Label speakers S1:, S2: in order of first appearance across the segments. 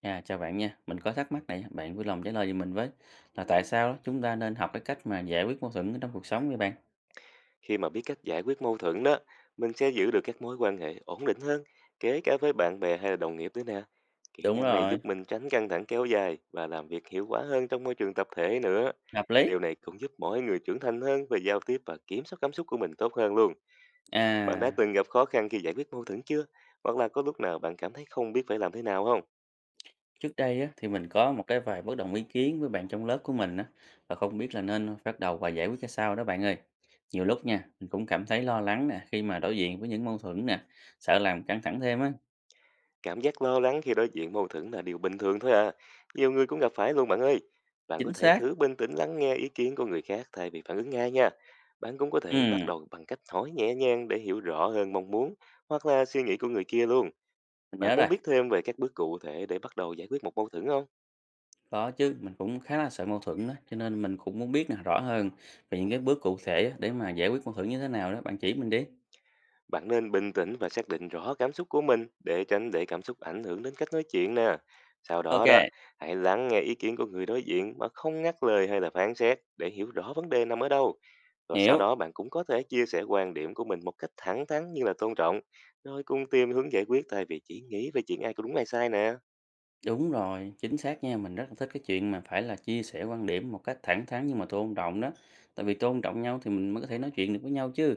S1: À, chào bạn nha, mình có thắc mắc này, bạn vui lòng trả lời giùm mình với là tại sao chúng ta nên học cái cách mà giải quyết mâu thuẫn trong cuộc sống vậy bạn?
S2: Khi mà biết cách giải quyết mâu thuẫn đó, mình sẽ giữ được các mối quan hệ ổn định hơn, kể cả với bạn bè hay là đồng nghiệp nữa nè. Kỹ
S1: Đúng
S2: năng này
S1: rồi,
S2: giúp mình tránh căng thẳng kéo dài và làm việc hiệu quả hơn trong môi trường tập thể nữa.
S1: hợp lý.
S2: Điều này cũng giúp mỗi người trưởng thành hơn về giao tiếp và kiểm soát cảm xúc của mình tốt hơn luôn. Bạn đã
S1: À,
S2: từng gặp khó khăn khi giải quyết mâu thuẫn chưa? Hoặc là có lúc nào bạn cảm thấy không biết phải làm thế nào không?
S1: trước đây á, thì mình có một cái vài bất đồng ý kiến với bạn trong lớp của mình á, và không biết là nên bắt đầu và giải quyết ra sao đó bạn ơi. Nhiều lúc nha, mình cũng cảm thấy lo lắng nè, khi mà đối diện với những mâu thuẫn nè, sợ làm căng thẳng thêm á.
S2: Cảm giác lo lắng khi đối diện mâu thuẫn là điều bình thường thôi à. Nhiều người cũng gặp phải luôn bạn ơi. Bạn
S1: Chính
S2: có thể
S1: xác.
S2: thử bình tĩnh lắng nghe ý kiến của người khác thay vì phản ứng ngay nha. Bạn cũng có thể bắt
S1: Ừ,
S2: đầu bằng cách hỏi nhẹ nhàng để hiểu rõ hơn mong muốn hoặc là suy nghĩ của người kia luôn.
S1: mình
S2: Bạn
S1: nhớ rồi.
S2: muốn biết thêm về các bước cụ thể để bắt đầu giải quyết một mâu thuẫn không?
S1: Có chứ, mình cũng khá là sợ mâu thuẫn đó, cho nên mình cũng muốn biết là rõ hơn về những cái bước cụ thể á, để mà giải quyết mâu thuẫn như thế nào đó, bạn chỉ mình đi.
S2: Bạn nên bình tĩnh và xác định rõ cảm xúc của mình để tránh để cảm xúc ảnh hưởng đến cách nói chuyện nè. Sau đó đó,
S1: OK,
S2: hãy lắng nghe ý kiến của người đối diện mà không ngắt lời hay là phán xét để hiểu rõ vấn đề nằm ở đâu. Rồi sau
S1: hiểu,
S2: đó bạn cũng có thể chia sẻ quan điểm của mình một cách thẳng thắn như là tôn trọng, rồi cùng tìm hướng giải quyết thay vì chỉ nghĩ về chuyện ai có đúng ai sai nè.
S1: đúng rồi, chính xác nha, mình rất là thích cái chuyện mà phải là chia sẻ quan điểm một cách thẳng thắn nhưng mà tôn trọng đó. Tại vì tôn trọng nhau thì mình mới có thể nói chuyện được với nhau chứ.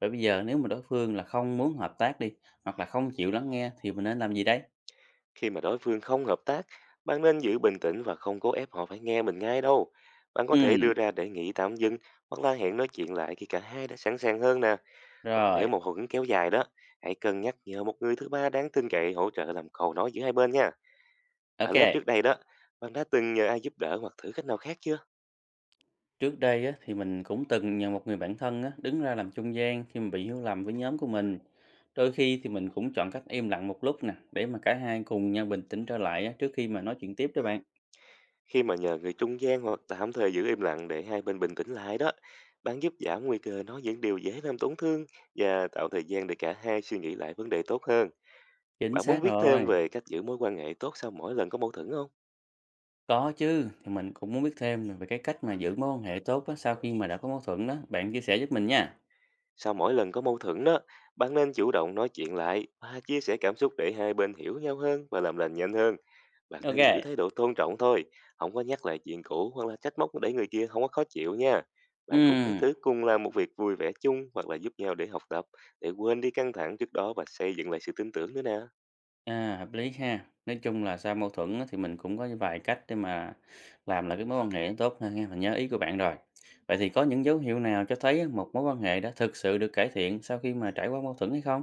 S1: Vậy bây giờ nếu mà đối phương là không muốn hợp tác đi, hoặc là không chịu lắng nghe thì mình nên làm gì đấy?
S2: Khi mà đối phương không hợp tác, bạn nên giữ bình tĩnh và không cố ép họ phải nghe mình ngay đâu. Bạn có thể
S1: Ừ,
S2: đưa ra đề nghị tạm dừng hoặc là hẹn nói chuyện lại khi cả hai đã sẵn sàng hơn nè. Còn nếu
S1: rồi,
S2: một hưởng kéo dài đó, hãy cân nhắc nhờ một người thứ ba đáng tin cậy hỗ trợ làm cầu nối giữa hai bên nha. Ở lớp
S1: OK.
S2: trước đây đó, bạn đã từng nhờ ai giúp đỡ hoặc thử cách nào khác chưa?
S1: Trước đây á, thì mình cũng từng nhờ một người bạn thân á, đứng ra làm trung gian khi mà bị hiểu lầm với nhóm của mình. Đôi khi thì mình cũng chọn cách im lặng một lúc nè, để mà cả hai cùng nhau bình tĩnh trở lại á, trước khi mà nói chuyện tiếp đó bạn.
S2: Khi mà nhờ người trung gian hoặc tạm thời giữ im lặng để hai bên bình tĩnh lại đó, bạn giúp giảm nguy cơ nói những điều dễ làm tổn thương và tạo thời gian để cả hai suy nghĩ lại vấn đề tốt hơn.
S1: Chính
S2: Bạn muốn
S1: xác
S2: viết thêm
S1: rồi.
S2: về cách giữ mối quan hệ tốt sau mỗi lần có mâu thuẫn không?
S1: Có chứ, thì mình cũng muốn biết thêm về cái cách mà giữ mối quan hệ tốt á, sau khi mà đã có mâu thuẫn đó. Bạn chia sẻ giúp mình nha.
S2: Sau mỗi lần có mâu thuẫn đó, bạn nên chủ động nói chuyện lại và chia sẻ cảm xúc để hai bên hiểu nhau hơn và làm lành nhanh hơn. Bạn nên giữ
S1: Ok.
S2: thái độ tôn trọng thôi, không có nhắc lại chuyện cũ hoặc là trách móc để người kia không có khó chịu nha.
S1: Ừ.
S2: Bạn cũng hãy thứ cùng làm một việc vui vẻ chung hoặc là giúp nhau để học tập, để quên đi căng thẳng trước đó và xây dựng lại sự tin tưởng nữa nè.
S1: À, hợp lý ha. Nói chung là sau mâu thuẫn á, thì mình cũng có vài cách để mà làm lại cái mối quan hệ nó tốt hơn ha. Mình nhớ ý của bạn rồi. Vậy thì có những dấu hiệu nào cho thấy á, một mối quan hệ đã thực sự được cải thiện sau khi mà trải qua mâu thuẫn hay không?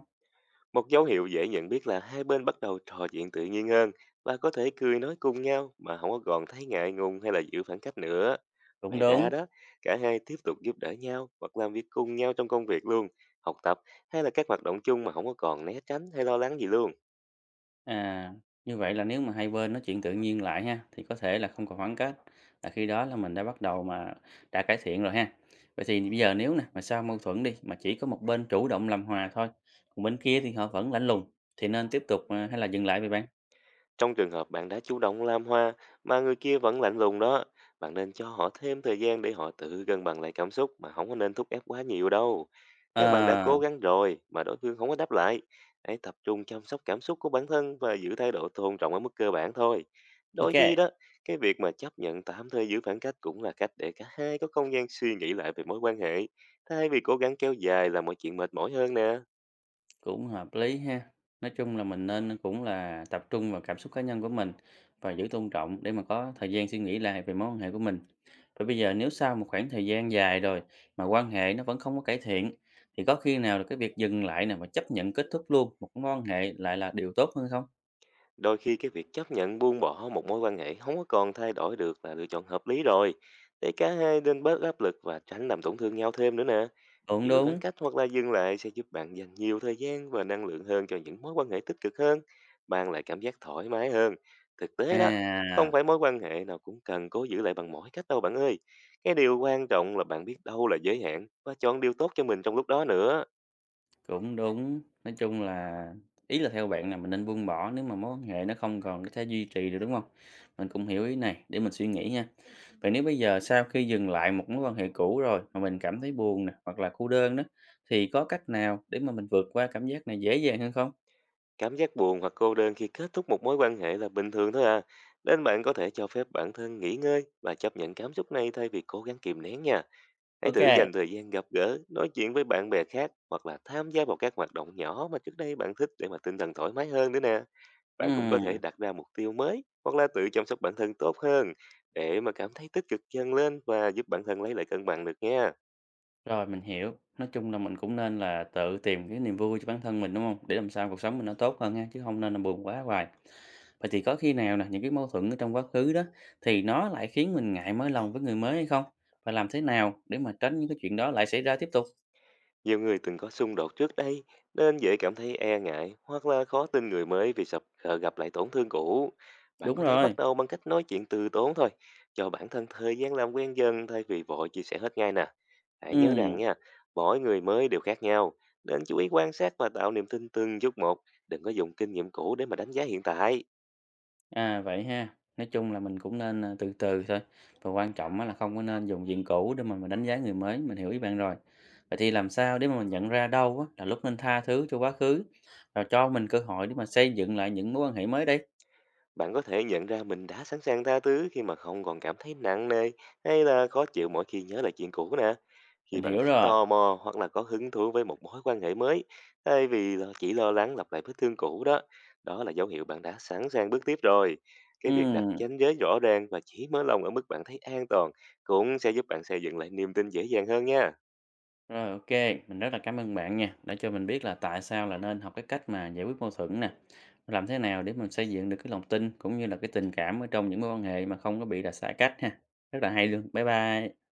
S2: Một dấu hiệu dễ nhận biết là hai bên bắt đầu trò chuyện tự nhiên hơn và có thể cười nói cùng nhau mà không có còn thấy ngại ngùng hay là giữ khoảng cách nữa.
S1: Cũng
S2: Ngoài
S1: đúng.
S2: ra đó, cả hai tiếp tục giúp đỡ nhau hoặc làm việc cùng nhau trong công việc luôn, học tập hay là các hoạt động chung mà không có còn né tránh hay lo lắng gì luôn.
S1: À, như vậy là nếu mà hai bên nói chuyện tự nhiên lại ha, thì có thể là không còn khoảng cách. Là khi đó là mình đã bắt đầu mà đã cải thiện rồi ha. Vậy thì bây giờ nếu nè, mà sau mâu thuẫn đi, mà chỉ có một bên chủ động làm hòa thôi, còn bên kia thì họ vẫn lạnh lùng, thì nên tiếp tục à, hay là dừng lại vậy bạn?
S2: Trong trường hợp bạn đã chủ động làm hoa mà người kia vẫn lạnh lùng đó, bạn nên cho họ thêm thời gian để họ tự cân bằng lại cảm xúc mà không có nên thúc ép quá nhiều đâu. Nếu bạn đã
S1: Ờ,
S2: cố gắng rồi mà đối phương không có đáp lại, hãy tập trung chăm sóc cảm xúc của bản thân và giữ thái độ tôn trọng ở mức cơ bản thôi. Đôi khi
S1: OK,
S2: đó, cái việc mà chấp nhận tạm thời giữ khoảng cách cũng là cách để cả hai có không gian suy nghĩ lại về mối quan hệ, thay vì cố gắng kéo dài là mọi chuyện mệt mỏi hơn nè.
S1: cũng hợp lý ha. Nói chung là mình nên cũng là tập trung vào cảm xúc cá nhân của mình và giữ tôn trọng để mà có thời gian suy nghĩ lại về mối quan hệ của mình. Và bây giờ nếu sau một khoảng thời gian dài rồi mà quan hệ nó vẫn không có cải thiện thì có khi nào là cái việc dừng lại nè và chấp nhận kết thúc luôn một mối quan hệ lại là điều tốt hơn không?
S2: Đôi khi cái việc chấp nhận buông bỏ một mối quan hệ không có còn thay đổi được là lựa chọn hợp lý rồi. Để cả hai nên bớt áp lực và tránh làm tổn thương nhau thêm nữa nè.
S1: Cũng
S2: Giữ khoảng
S1: đúng.
S2: cách hoặc là dừng lại sẽ giúp bạn dành nhiều thời gian và năng lượng hơn cho những mối quan hệ tích cực hơn, mang lại cảm giác thoải mái hơn. Thực tế đó, không
S1: À,
S2: phải mối quan hệ nào cũng cần cố giữ lại bằng mọi cách đâu bạn ơi. Cái điều quan trọng là bạn biết đâu là giới hạn và chọn điều tốt cho mình trong lúc đó nữa.
S1: cũng đúng. Nói chung là ý là theo bạn là mình nên buông bỏ nếu mà mối quan hệ nó không còn có thể duy trì được, đúng không? Mình cũng hiểu ý này để mình suy nghĩ ha. Vậy nếu bây giờ sau khi dừng lại một mối quan hệ cũ rồi mà mình cảm thấy buồn nè hoặc là cô đơn đó thì có cách nào để mà mình vượt qua cảm giác này dễ dàng hơn không?
S2: Cảm giác buồn hoặc cô đơn khi kết thúc một mối quan hệ là bình thường thôi à. Nên bạn có thể cho phép bản thân nghỉ ngơi và chấp nhận cảm xúc này thay vì cố gắng kìm nén nha. Hãy
S1: Ok.
S2: thử dành thời gian gặp gỡ, nói chuyện với bạn bè khác hoặc là tham gia vào các hoạt động nhỏ mà trước đây bạn thích để mà tinh thần thoải mái hơn nữa nè. Bạn cũng có thể
S1: Ừm.
S2: đặt ra mục tiêu mới hoặc là tự chăm sóc bản thân tốt hơn để mà cảm thấy tích cực dần lên và giúp bản thân lấy lại cân bằng được nha.
S1: Rồi mình hiểu. Nói chung là mình cũng nên là tự tìm cái niềm vui cho bản thân mình đúng không? Để làm sao cuộc sống mình nó tốt hơn ha, chứ không nên là buồn quá hoài. Vậy thì có khi nào nè những cái mâu thuẫn ở trong quá khứ đó thì nó lại khiến mình ngại mở lòng với người mới hay không? Và làm thế nào để mà tránh những cái chuyện đó lại xảy ra tiếp tục?
S2: Nhiều người từng có xung đột trước đây nên dễ cảm thấy e ngại hoặc là khó tin người mới vì sợ sợ gặp lại tổn thương cũ. Bạn
S1: Đúng
S2: có thể
S1: rồi.
S2: bắt đầu bằng cách nói chuyện từ tốn thôi, cho bản thân thời gian làm quen dần thay vì vội chia sẻ hết ngay nè. Hãy nhớ
S1: Ừ.
S2: rằng nha, mỗi người mới đều khác nhau, nên chú ý quan sát và tạo niềm tin từng chút một, đừng có dùng kinh nghiệm cũ để mà đánh giá hiện tại.
S1: À, vậy ha. Nói chung là mình cũng nên, à, từ từ thôi, và quan trọng á là không có nên dùng diện cũ để mà mình đánh giá người mới, mình hiểu ý bạn rồi. Vậy thì làm sao để mà mình nhận ra đâu á là lúc nên tha thứ cho quá khứ, và cho mình cơ hội để mà xây dựng lại những mối quan hệ mới đây?
S2: Bạn có thể nhận ra mình đã sẵn sàng tha thứ khi mà không còn cảm thấy nặng nề hay là khó chịu mỗi khi nhớ lại chuyện cũ nè. Khi
S1: Mình
S2: bạn
S1: hiểu
S2: thấy
S1: rồi.
S2: tò mò hoặc là có hứng thú với một mối quan hệ mới, thay vì là chỉ lo lắng lặp lại vết thương cũ đó, đó là dấu hiệu bạn đã sẵn sàng bước tiếp rồi. Cái việc đặt
S1: Ừm,
S2: ranh giới rõ ràng và chỉ mở lòng ở mức bạn thấy an toàn cũng sẽ giúp bạn xây dựng lại niềm tin dễ dàng hơn nha.
S1: rồi, ô, mình rất là cảm ơn bạn nha, đã cho mình biết là tại sao là nên học cái cách mà giải quyết mâu thuẫn nè, làm thế nào để mình xây dựng được cái lòng tin cũng như là cái tình cảm ở trong những mối quan hệ mà không có bị là xa cách ha. Rất là hay luôn. Bye bye.